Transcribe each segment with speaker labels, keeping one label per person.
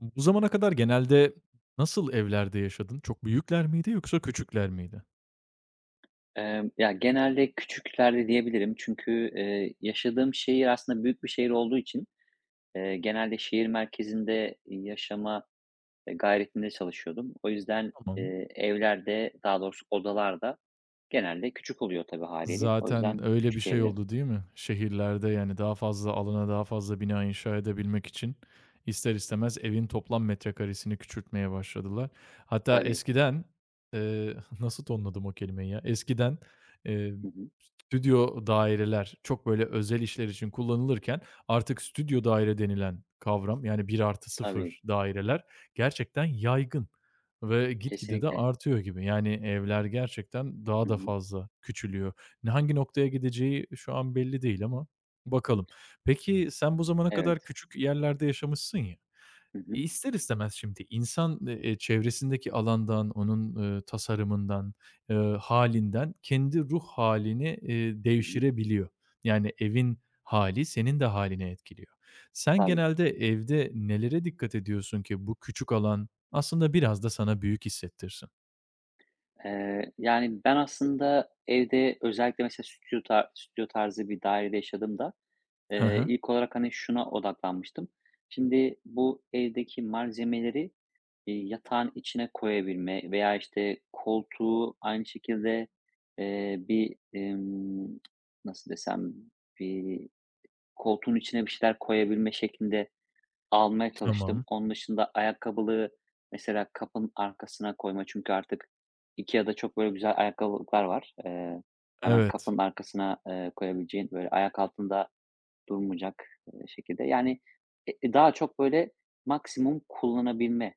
Speaker 1: Bu zamana kadar genelde nasıl evlerde yaşadın? Çok büyükler miydi yoksa küçükler miydi?
Speaker 2: Ya, genelde küçüklerde diyebilirim çünkü, yaşadığım şehir aslında büyük bir şehir olduğu için, genelde şehir merkezinde yaşama, gayretinde çalışıyordum. O yüzden,
Speaker 1: Tamam.
Speaker 2: evlerde, daha doğrusu odalarda genelde küçük oluyor tabii haliyle. O
Speaker 1: Zaten
Speaker 2: yüzden
Speaker 1: öyle bir
Speaker 2: küçük
Speaker 1: şey
Speaker 2: diyebilirim.
Speaker 1: oldu değil mi? Şehirlerde yani daha fazla alana daha fazla bina inşa edebilmek için ister istemez evin toplam metrekaresini küçültmeye başladılar. Hatta
Speaker 2: Tabii.
Speaker 1: eskiden, nasıl tonladım o kelimeyi ya? Eskiden, eee,
Speaker 2: Hı hı.
Speaker 1: stüdyo daireler çok böyle özel işler için kullanılırken artık stüdyo daire denilen kavram yani bir artı
Speaker 2: Tabii.
Speaker 1: sıfır daireler gerçekten yaygın ve gitgide de
Speaker 2: Kesinlikle.
Speaker 1: artıyor gibi. Yani evler gerçekten daha
Speaker 2: Hı
Speaker 1: da
Speaker 2: hı.
Speaker 1: fazla küçülüyor. Ne hangi noktaya gideceği şu an belli değil ama bakalım. Peki sen bu zamana kadar
Speaker 2: Evet.
Speaker 1: küçük yerlerde yaşamışsın ya,
Speaker 2: Hı hı.
Speaker 1: İster istemez şimdi insan, çevresindeki alandan, onun, tasarımından, hâlinden kendi ruh halini
Speaker 2: Hı hı.
Speaker 1: devşirebiliyor. Yani evin hali senin de hâlini etkiliyor. Sen
Speaker 2: Tabii.
Speaker 1: genelde evde nelere dikkat ediyorsun ki bu küçük alan aslında biraz da sana büyük hissettirsin?
Speaker 2: Yani, ben aslında evde özellikle mesela stüdyo tarzı bir dairede yaşadığımda,
Speaker 1: Hı hı.
Speaker 2: İlk olarak, hani, şuna odaklanmıştım. Şimdi bu evdeki malzemeleri, yatağın içine koyabilme veya, işte, koltuğu aynı şekilde, eee, bir, emm, nasıl desem, bir koltuğun içine bir şeyler koyabilme şeklinde almaya çalıştım.
Speaker 1: Tamam.
Speaker 2: Onun dışında ayakkabılığı mesela kapının arkasına koyma çünkü artık IKEA'da çok böyle güzel ayakkabılıklar var. Hemen
Speaker 1: Evet.
Speaker 2: kapının arkasına, koyabileceğin, böyle, ayak altında durmayacak, şekilde. Yani, daha çok böyle maksimum kullanabilme,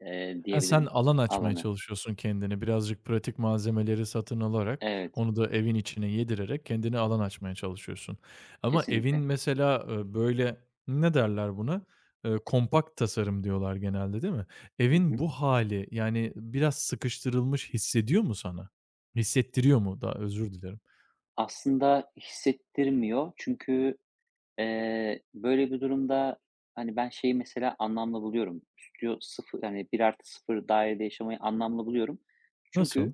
Speaker 1: Ha, sen
Speaker 2: diyebilirim
Speaker 1: alan açmaya
Speaker 2: alanı.
Speaker 1: çalışıyorsun kendine. Birazcık pratik malzemeleri satın alarak,
Speaker 2: Evet,
Speaker 1: onu da evin içine yedirerek kendine alan açmaya çalışıyorsun. Ama evin
Speaker 2: kesinlikle.
Speaker 1: mesela, böyle, ne derler buna? Kompakt tasarım diyorlar genelde, değil mi?
Speaker 2: Hı
Speaker 1: Evin
Speaker 2: hı.
Speaker 1: bu hali yani, biraz sıkıştırılmış hissediyor mu sana? Hissettiriyor mu? Daha özür dilerim.
Speaker 2: Aslında hissettirmiyor çünkü, böyle bir durumda, hani, ben şeyi mesela anlamlı buluyorum. Stüdyo sıfır, yani bir artı sıfır dairede yaşamayı anlamlı buluyorum.
Speaker 1: Nasıl?
Speaker 2: Çünkü,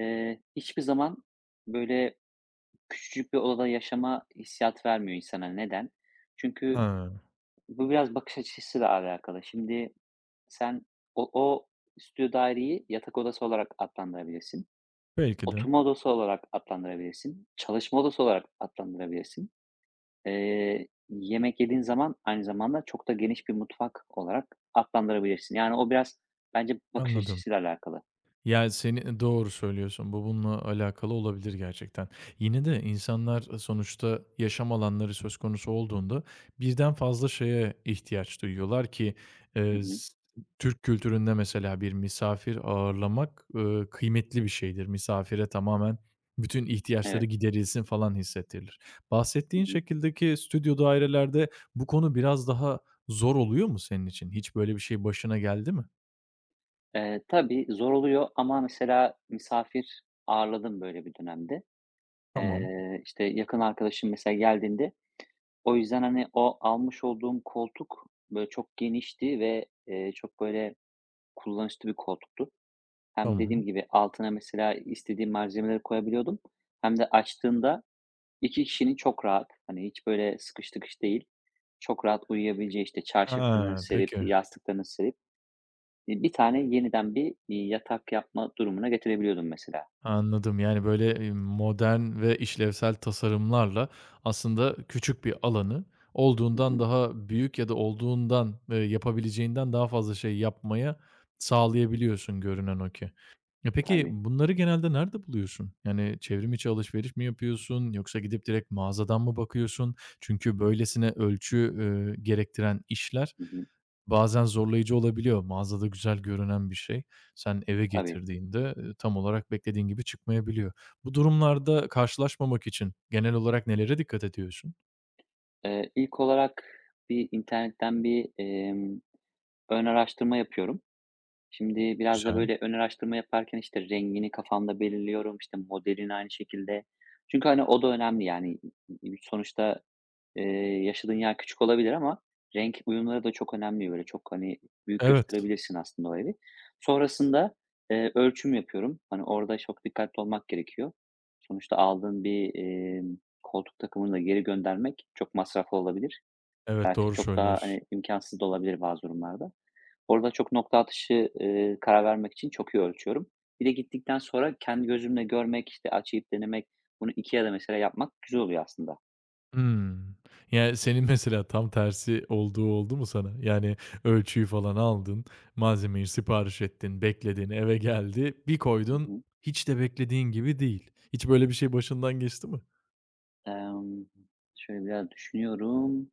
Speaker 2: hiçbir zaman böyle küçücük bir odada yaşama hissiyatı vermiyor insana. Neden? Çünkü
Speaker 1: Ha,
Speaker 2: bu biraz bakış açısıyla alakalı. Şimdi sen o stüdyo daireyi yatak odası olarak adlandırabilirsin.
Speaker 1: belki de.
Speaker 2: Oturma odası olarak adlandırabilirsin. Çalışma odası olarak adlandırabilirsin. Yemek yediğin zaman aynı zamanda çok da geniş bir mutfak olarak adlandırabilirsin. Yani o biraz bence bakış
Speaker 1: Anladım.
Speaker 2: açısıyla alakalı.
Speaker 1: Ya, seni doğru söylüyorsun. Bu bununla alakalı olabilir gerçekten. Yine de insanlar sonuçta yaşam alanları söz konusu olduğunda birden fazla şeye ihtiyaç duyuyorlar ki,
Speaker 2: Hı hı.
Speaker 1: s Türk kültüründe mesela bir misafir ağırlamak, kıymetli bir şeydir. Misafire tamamen bütün ihtiyaçları
Speaker 2: Evet.
Speaker 1: giderilsin falan hissettirilir.
Speaker 2: Hı
Speaker 1: Bahsettiğin
Speaker 2: hı.
Speaker 1: şekildeki stüdyo dairelerde bu konu biraz daha zor oluyor mu senin için? Hiç böyle bir şey başına geldi mi?
Speaker 2: Tabii zor oluyor ama mesela misafir ağırladım böyle bir dönemde.
Speaker 1: Tamam,
Speaker 2: İşte yakın arkadaşım mesela geldiğinde, o yüzden, hani, o almış olduğum koltuk, böyle, çok genişti ve, çok, böyle, kullanışlı bir koltuktu. Hem dediğim
Speaker 1: tamam.
Speaker 2: gibi altına mesela istediğim malzemeleri koyabiliyordum hem de açtığında 2 kişinin çok rahat, hani, hiç, böyle, sıkış tıkış değil, çok rahat uyuyabileceği, işte, çarşafını
Speaker 1: Ha,
Speaker 2: serip,
Speaker 1: peki.
Speaker 2: yastıklarını serip, bir tane yeniden bir, yatak yapma durumuna getirebiliyordum mesela.
Speaker 1: Anladım. Yani, böyle, modern ve işlevsel tasarımlarla aslında küçük bir alanı
Speaker 2: Hı
Speaker 1: olduğundan
Speaker 2: hı.
Speaker 1: daha büyük ya da olduğundan, yapabileceğinden daha fazla şey yapmaya sağlayabiliyorsun görünen o ki. Ya, peki
Speaker 2: Tabii.
Speaker 1: bunları genelde nerede buluyorsun? Yani çevrim içi alışveriş mi yapıyorsun yoksa gidip direkt mağazadan mı bakıyorsun? Çünkü böylesine ölçü, gerektiren işler
Speaker 2: Hı hı.
Speaker 1: bazen zorlayıcı olabiliyor. Mağazada güzel görünen bir şey sen eve
Speaker 2: Tabii.
Speaker 1: getirdiğinde, tam olarak beklediğin gibi çıkmayabiliyor. Bu durumlarda karşılaşmamak için genel olarak nelere dikkat ediyorsun?
Speaker 2: İlk olarak bir internetten bir ön araştırma yapıyorum. Şimdi biraz da
Speaker 1: Güzel.
Speaker 2: böyle ön araştırma yaparken, işte, rengini kafamda belirliyorum, işte, modelini aynı şekilde. Çünkü, hani, o da önemli, yani, sonuçta, eee, yaşadığın yer küçük olabilir ama renk uyumları da çok önemli. Böyle çok, hani, büyük
Speaker 1: Evet.
Speaker 2: gösterebilirsin aslında o evi. Sonrasında, ölçüm yapıyorum. Hani, orada çok dikkatli olmak gerekiyor. Sonuçta aldığın bir koltuk takımını da geri göndermek çok masraflı olabilir.
Speaker 1: Evet,
Speaker 2: Belki
Speaker 1: doğru
Speaker 2: çok daha, hani,
Speaker 1: söylüyorsun.
Speaker 2: imkânsız da olabilir bazı durumlarda. Orada çok nokta atışı, karar vermek için çok iyi ölçüyorum. Bir de gittikten sonra kendi gözümle görmek, işte, açıp denemek, bunu IKEA'da mesela yapmak güzel oluyor aslında.
Speaker 1: Hımm. Yani, senin mesela tam tersi olduğu oldu mu sana? Yani, ölçüyü falan aldın, malzemeyi sipariş ettin, bekledin, eve geldi, bir
Speaker 2: Hı
Speaker 1: koydun,
Speaker 2: hı.
Speaker 1: hiç de beklediğin gibi değil. Hiç böyle bir şey başından geçti mi?
Speaker 2: Emm, şöyle biraz düşünüyorum.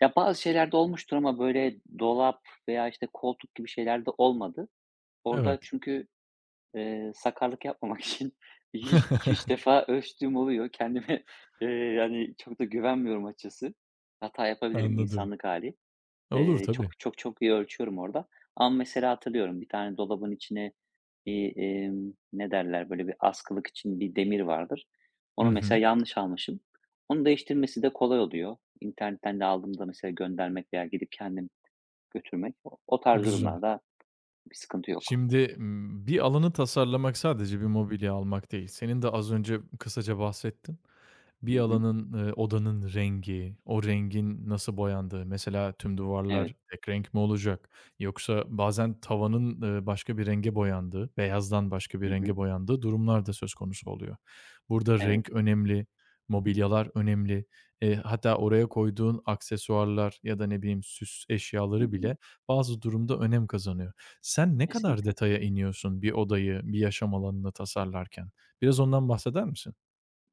Speaker 2: Ya, bazı şeylerde olmuştur ama böyle dolap veya, işte, koltuk gibi şeylerde olmadı. Orada
Speaker 1: Evet,
Speaker 2: çünkü, sakarlık yapmamak için 2-3 defa ölçtüğüm oluyor. Kendime, yani, çok da güvenmiyorum açıkçası. Hata yapabilirim,
Speaker 1: anladım.
Speaker 2: insanlık hali.
Speaker 1: Olur
Speaker 2: Çok,
Speaker 1: tabii.
Speaker 2: çok, çok iyi ölçüyorum orada ama mesela hatırlıyorum bir tane dolabın içine bir, ne derler, böyle bir askılık için bir demir vardır.
Speaker 1: Hı
Speaker 2: Onu mesela
Speaker 1: hı.
Speaker 2: yanlış almışım. Onu değiştirmesi de kolay oluyor. İnternetten de aldığımda mesela göndermek veya gidip kendim götürmek o tarz
Speaker 1: Güzel.
Speaker 2: durumlarda bir sıkıntı yok.
Speaker 1: Şimdi, bir alanı tasarlamak sadece bir mobilya almak değil. Senin de az önce kısaca bahsettin.
Speaker 2: Hı
Speaker 1: Bir
Speaker 2: hı.
Speaker 1: alanın, odanın rengi, o rengin nasıl boyandığı, mesela tüm
Speaker 2: Evet.
Speaker 1: duvarlar tek renk mi olacak yoksa bazen tavanın, başka bir renge boyandığı, beyazdan başka bir
Speaker 2: Hı hı.
Speaker 1: renge boyandığı durumlar da söz konusu oluyor. Burada
Speaker 2: Evet.
Speaker 1: renk önemli, mobilyalar önemli, hatta oraya koyduğun aksesuarlar ya da ne bileyim süs
Speaker 2: Hı
Speaker 1: eşyaları
Speaker 2: hı.
Speaker 1: bile bazı durumda önem kazanıyor. Sen ne kadar
Speaker 2: Kesinlikle.
Speaker 1: detaya iniyorsun bir odayı, bir yaşam alanını tasarlarken? Biraz ondan bahseder misin?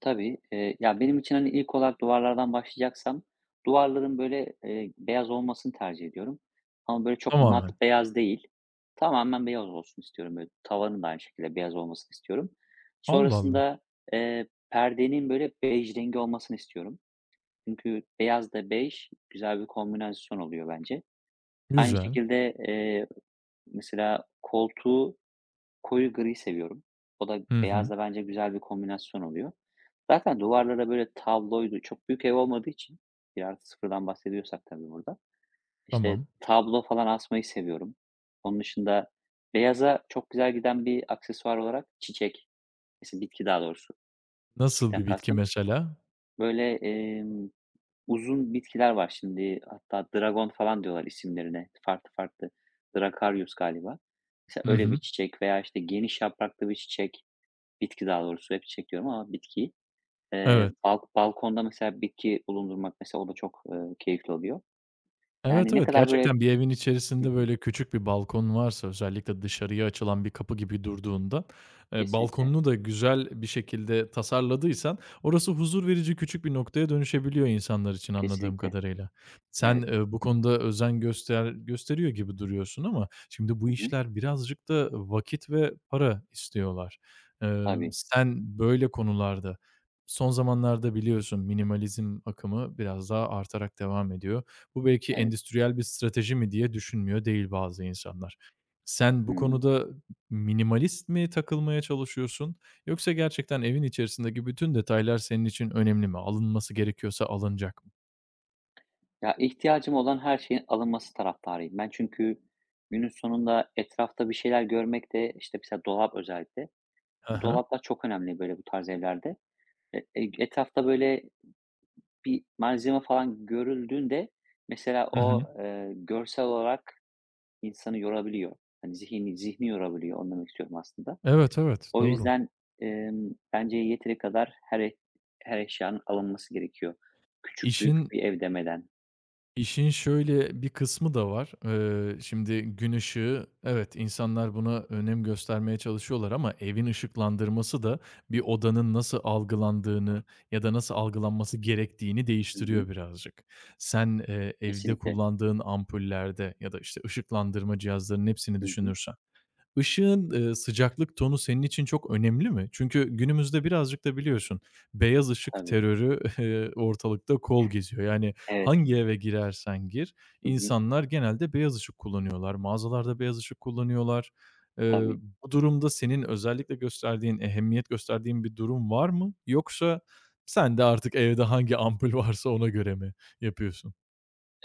Speaker 2: Tabii. Ya, benim için, hani, ilk olarak duvarlardan başlayacaksam duvarların, böyle, beyaz olmasını tercih ediyorum ama, böyle, çok mat
Speaker 1: Tamamen.
Speaker 2: beyaz değil. Tamamen beyaz olsun istiyorum, böyle. Tavanın da aynı şekilde beyaz olmasını istiyorum.
Speaker 1: Allah Allah.
Speaker 2: Sonrasında, perdenin, böyle, bej rengi olmasını istiyorum. Çünkü beyaz da bej güzel bir kombinasyon oluyor bence. Aynı
Speaker 1: Güzel.
Speaker 2: şekilde, mesela koltuğu koyu gri seviyorum. O da
Speaker 1: Hı hı.
Speaker 2: beyazla bence güzel bir kombinasyon oluyor. Zaten duvarlara böyle tabloydu. Çok büyük ev olmadığı için bir artı sıfırdan bahsediyorsak tabii burada. İşte
Speaker 1: Tamam.
Speaker 2: tablo falan asmayı seviyorum. Onun dışında beyaza çok güzel giden bir aksesuar olarak çiçek, mesela bitki daha doğrusu.
Speaker 1: Nasıl bir
Speaker 2: Çiçekten
Speaker 1: bitki
Speaker 2: kastım.
Speaker 1: mesela?
Speaker 2: Böyle, uzun bitkiler var şimdi. Hatta dragon falan diyorlar isimlerine. Farklı farklı. Drakaryus galiba. Mesela
Speaker 1: Hı
Speaker 2: öyle bir
Speaker 1: hı.
Speaker 2: çiçek veya işte geniş yapraklı bir çiçek. Bitki daha doğrusu hep çekiyorum ama bitki. Eee,
Speaker 1: Evet.
Speaker 2: balk balkonda mesela bitki bulundurmak mesela o da çok, keyifli oluyor.
Speaker 1: Evet,
Speaker 2: Yani ne
Speaker 1: evet.
Speaker 2: kadar böyle...
Speaker 1: Gerçekten bir evin
Speaker 2: Hı
Speaker 1: içerisinde,
Speaker 2: hı.
Speaker 1: böyle, küçük bir balkon varsa özellikle dışarıya açılan bir kapı gibi durduğunda,
Speaker 2: Kesinlikle,
Speaker 1: balkonunu da güzel bir şekilde tasarladıysan orası huzur verici küçük bir noktaya dönüşebiliyor insanlar için anladığım
Speaker 2: kesinlikle.
Speaker 1: kadarıyla. Sen,
Speaker 2: Evet.
Speaker 1: bu konuda özen göster gösteriyor gibi duruyorsun ama şimdi bu
Speaker 2: Hı hı.
Speaker 1: işler birazcık da vakit ve para istiyorlar.
Speaker 2: Tabii,
Speaker 1: Sen böyle konularda son zamanlarda biliyorsun minimalizm akımı biraz daha artarak devam ediyor. Bu belki
Speaker 2: evet.
Speaker 1: endüstriyel bir strateji mi diye düşünmüyor değil bazı insanlar. Sen bu
Speaker 2: Hımm.
Speaker 1: konuda minimalist mi takılmaya çalışıyorsun yoksa gerçekten evin içerisindeki bütün detaylar senin için önemli mi? Alınması gerekiyorsa alınacak mı?
Speaker 2: Ya, ihtiyacım olan her şeyin alınması taraftarıyım ben. Çünkü günün sonunda etrafta bir şeyler görmek de, işte, mesela dolap özellikle.
Speaker 1: Hı hı.
Speaker 2: Dolaplar çok önemli böyle bu tarz evlerde. Etrafta böyle bir malzeme falan görüldüğünde mesela
Speaker 1: Hı hı.
Speaker 2: o, görsel olarak İnsanı yorabiliyor. Hani zihni zihni yorabiliyor, onu demek istiyorum aslında.
Speaker 1: Evet, evet,
Speaker 2: O
Speaker 1: doğru.
Speaker 2: yüzden, bence yeteri kadar her eşyanın alınması gerekiyor. Küçük büyük
Speaker 1: İşin
Speaker 2: bir ev demeden.
Speaker 1: İşin şöyle bir kısmı da var. Şimdi gün ışığı, evet insanlar buna önem göstermeye çalışıyorlar ama evin ışıklandırması da bir odanın nasıl algılandığını ya da nasıl algılanması gerektiğini
Speaker 2: Hı hı.
Speaker 1: değiştiriyor birazcık. Sen, evde
Speaker 2: Kesinlikle.
Speaker 1: kullandığın ampullerde ya da, işte, ışıklandırma cihazlarının hepsini
Speaker 2: Hı hı.
Speaker 1: düşünürsen Işığın, sıcaklık tonu senin için çok önemli mi? Çünkü günümüzde birazcık da biliyorsun, beyaz ışık
Speaker 2: Tabii.
Speaker 1: terörü, ortalıkta kol geziyor. Yani
Speaker 2: Evet.
Speaker 1: hangi eve girersen gir,
Speaker 2: Hı hı.
Speaker 1: insanlar genelde beyaz ışık kullanıyorlar. Mağazalarda beyaz ışık kullanıyorlar. Eee,
Speaker 2: Tabii.
Speaker 1: Bu durumda senin özellikle gösterdiğin, ehemmiyet gösterdiğin bir durum var mı? Yoksa sen de artık evde hangi ampul varsa ona göre mi yapıyorsun?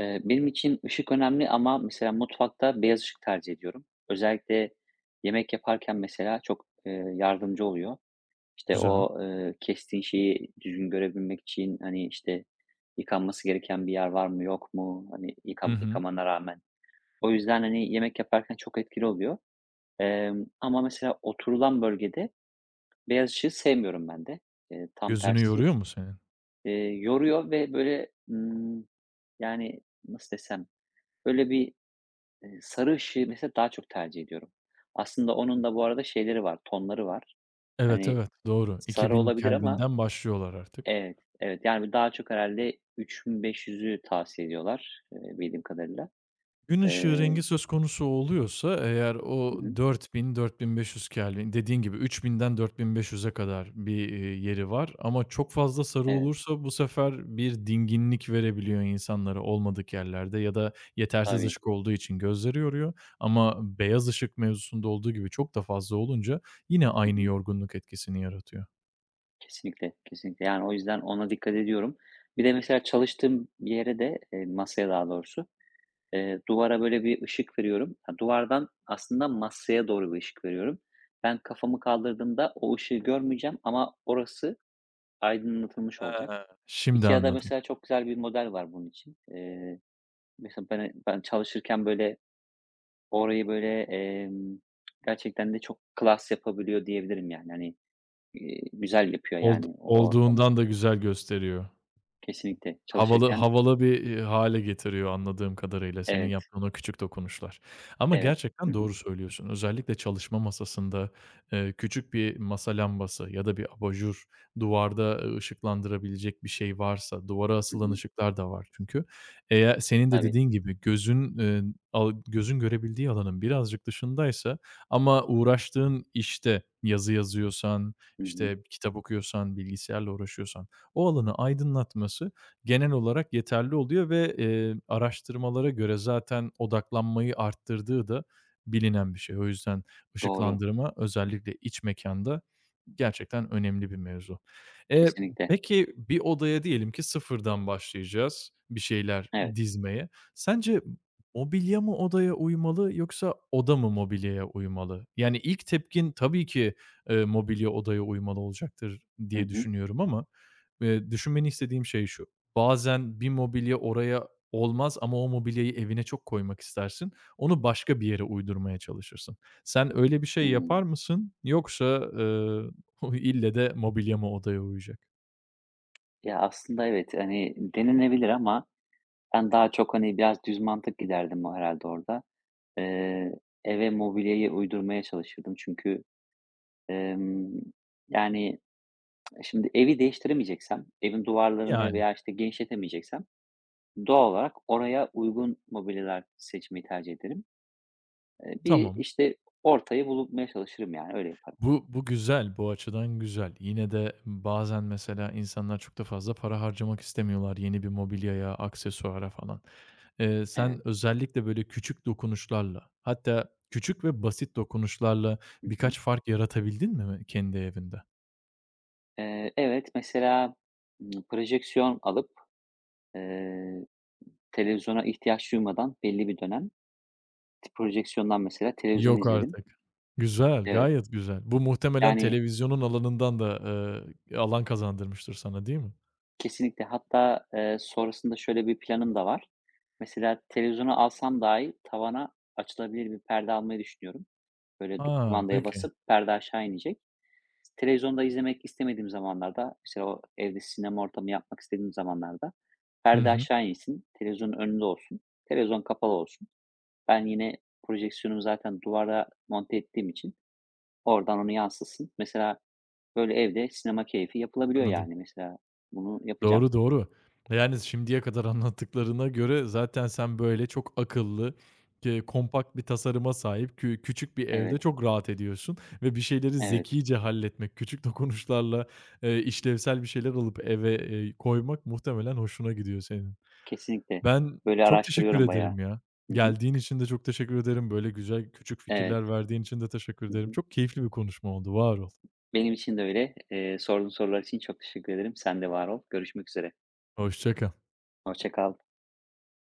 Speaker 2: Benim için ışık önemli ama mesela mutfakta beyaz ışık tercih ediyorum. Özellikle yemek yaparken mesela çok, yardımcı oluyor. İşte,
Speaker 1: Güzel.
Speaker 2: o, kestiğin şeyi düzgün görebilmek için, hani, işte, yıkanması gereken bir yer var mı yok mu, hani,
Speaker 1: Hı hı.
Speaker 2: yıkamana rağmen. O yüzden, hani, yemek yaparken çok etkili oluyor. Ama mesela oturulan bölgede beyaz ışığı sevmiyorum ben de. Tam
Speaker 1: Gözünü
Speaker 2: tersi,
Speaker 1: yoruyor mu senin?
Speaker 2: eee, yoruyor ve böyle, yani, nasıl desem, böyle bir... Sarı ışığı mesela daha çok tercih ediyorum. Aslında onun da bu arada şeyleri var, tonları var.
Speaker 1: Evet,
Speaker 2: Hani
Speaker 1: evet, doğru.
Speaker 2: sarı
Speaker 1: 2000
Speaker 2: olabilir ama
Speaker 1: Kelvin'den başlıyorlar artık.
Speaker 2: evet, evet. Yani daha çok herhâlde 3500'ü tavsiye ediyorlar, bildiğim kadarıyla.
Speaker 1: Gün ışığı
Speaker 2: Eee
Speaker 1: rengi söz konusu oluyorsa eğer
Speaker 2: Hı
Speaker 1: o
Speaker 2: hı.
Speaker 1: 4000-4500 Kelvin dediğin gibi 3000'den 4500'e kadar bir, yeri var ama çok fazla sarı
Speaker 2: Evet,
Speaker 1: olursa bu sefer bir dinginlik verebiliyor insanlara olmadık yerlerde ya da yetersiz
Speaker 2: tabii.
Speaker 1: ışık olduğu için gözleri yoruyor ama beyaz ışık mevzusunda olduğu gibi çok da fazla olunca yine
Speaker 2: Hı
Speaker 1: aynı
Speaker 2: hı.
Speaker 1: yorgunluk etkisini yaratıyor.
Speaker 2: Kesinlikle, kesinlikle. Yani o yüzden ona dikkat ediyorum. Bir de mesela çalıştığım bir yere de, masaya daha doğrusu, duvara böyle bir ışık veriyorum. Ha, duvardan aslında masaya doğru bir ışık veriyorum. Ben kafamı kaldırdığımda o ışığı görmeyeceğim ama orası aydınlatılmış olacak.
Speaker 1: He. Şimdi
Speaker 2: IKEA'da
Speaker 1: anladım.
Speaker 2: mesela çok güzel bir model var bunun için. Mesela ben çalışırken böyle orayı böyle, gerçekten de çok klas yapabiliyor diyebilirim yani. Hani, güzel yapıyor
Speaker 1: Old
Speaker 2: yani o ortamı.
Speaker 1: olduğundan da güzel gösteriyor.
Speaker 2: Kesinlikle
Speaker 1: Havalı
Speaker 2: çalışırken...
Speaker 1: havalı bir, hâle getiriyor anladığım kadarıyla senin
Speaker 2: Evet,
Speaker 1: yaptığın o küçük dokunuşlar. Ama
Speaker 2: evet. Hı
Speaker 1: gerçekten
Speaker 2: hı.
Speaker 1: doğru söylüyorsun. Özellikle çalışma masasında, küçük bir masa lambası ya da bir abajur, duvarda, ışıklandırabilecek bir şey varsa, duvara
Speaker 2: Hı
Speaker 1: asılan
Speaker 2: hı.
Speaker 1: ışıklar da var çünkü. Eğer senin de
Speaker 2: Tabii.
Speaker 1: dediğin gibi gözün, al gözün görebildiği alanın birazcık dışındaysa ama uğraştığın işte, yazı yazıyorsan,
Speaker 2: Hı hı.
Speaker 1: işte, kitap okuyorsan, bilgisayarla uğraşıyorsan o alanı aydınlatması genel olarak yeterli oluyor ve, araştırmalara göre zaten odaklanmayı arttırdığı da bilinen bir şey. O yüzden
Speaker 2: Doğru.
Speaker 1: ışıklandırma özellikle iç mekanda gerçekten önemli bir mevzu. Eee,
Speaker 2: Kesinlikle.
Speaker 1: peki bir odaya diyelim ki sıfırdan başlayacağız bir şeyler
Speaker 2: Evet.
Speaker 1: dizmeye. Sence mobilya mı odaya uymalı yoksa oda mı mobilyaya uymalı? Yani ilk tepkin tabii ki, mobilya odaya uymalı olacaktır
Speaker 2: Hı
Speaker 1: diye
Speaker 2: hı.
Speaker 1: düşünüyorum ama, düşünmeni istediğim şey şu: bazen bir mobilya oraya olmaz ama o mobilyayı evine çok koymak istersin. Onu başka bir yere uydurmaya çalışırsın. Sen öyle bir şey yapar
Speaker 2: Hımm.
Speaker 1: mısın? Yoksa, ille de mobilya mı odaya uyacak?
Speaker 2: Ya, aslında evet, hani, denenebilir ama ben daha çok, hani, biraz düz mantık giderdim herhâlde orada. Eee, eve mobilyayı uydurmaya çalışırdım çünkü, emm, yani, şimdi evi değiştiremeyeceksem, evin duvarlarını
Speaker 1: Yani,
Speaker 2: veya, işte, genişletemeyeceksem doğal olarak oraya uygun mobilyalar seçmeyi tercih ederim. Bir,
Speaker 1: tamam.
Speaker 2: işte, ortayı bulmaya çalışırım, yani, öyle yaparım.
Speaker 1: Bu güzel, bu açıdan güzel. Yine de bazen mesela insanlar çok da fazla para harcamak istemiyorlar yeni bir mobilyaya, aksesuara falan. Sen
Speaker 2: Evet.
Speaker 1: özellikle böyle küçük dokunuşlarla, hatta küçük ve basit dokunuşlarla
Speaker 2: Hı hı.
Speaker 1: birkaç fark yaratabildin mi kendi evinde?
Speaker 2: Evet, mesela, projeksiyon alıp, eee televizyona ihtiyaç duymadan belli bir dönem projeksiyondan mesela televizyon
Speaker 1: Yok
Speaker 2: izledim.
Speaker 1: artık. Güzel,
Speaker 2: Evet,
Speaker 1: gayet güzel. Bu muhtemelen
Speaker 2: yani
Speaker 1: televizyonun alanından da, alan kazandırmıştır sana, değil mi?
Speaker 2: kesinlikle hatta, sonrasında şöyle bir planım da var. Mesela televizyonu alsam dahi tavana açılabilir bir perde almayı düşünüyorum. Böyle
Speaker 1: A,
Speaker 2: kumandaya
Speaker 1: peki.
Speaker 2: basıp perde aşağı inecek. Televizyonda izlemek istemediğim zamanlarda, mesela o evde sinema ortamı yapmak istediğim zamanlarda
Speaker 1: Hı
Speaker 2: perde
Speaker 1: hı,
Speaker 2: aşağı insin, televizyonun önünde olsun, televizyon kapalı olsun. Ben yine projeksiyonumu zaten duvara monte ettiğim için oradan onu yansıtsın. Mesela böyle evde sinema keyfi yapılabiliyor
Speaker 1: anladım.
Speaker 2: yani. Mesela bunu yapacağım.
Speaker 1: Doğru, doğru. Yani, şimdiye kadar anlattıklarına göre zaten sen böyle çok akıllı, kompakt bir tasarıma sahip küçük bir evde
Speaker 2: Evet,
Speaker 1: çok rahat ediyorsun ve bir şeyleri
Speaker 2: evet.
Speaker 1: zekice halletmek, küçük dokunuşlarla, işlevsel bir şeyler alıp eve, koymak muhtemelen hoşuna gidiyor senin.
Speaker 2: Kesinlikle.
Speaker 1: Ben
Speaker 2: Böyle
Speaker 1: çok teşekkür
Speaker 2: araştırıyorum bayağı.
Speaker 1: ederim ya.
Speaker 2: Hı hı.
Speaker 1: Geldiğin için de çok teşekkür ederim. Böyle güzel küçük
Speaker 2: Evet.
Speaker 1: fikirler verdiğin için de teşekkür
Speaker 2: Hı
Speaker 1: ederim.
Speaker 2: hı.
Speaker 1: Çok keyifli bir konuşma oldu. Var ol.
Speaker 2: Benim için de öyle. Sorduğun sorular için çok teşekkür ederim. Sen de var ol. Görüşmek üzere.
Speaker 1: Hoşça kal.
Speaker 2: Hoşça kal.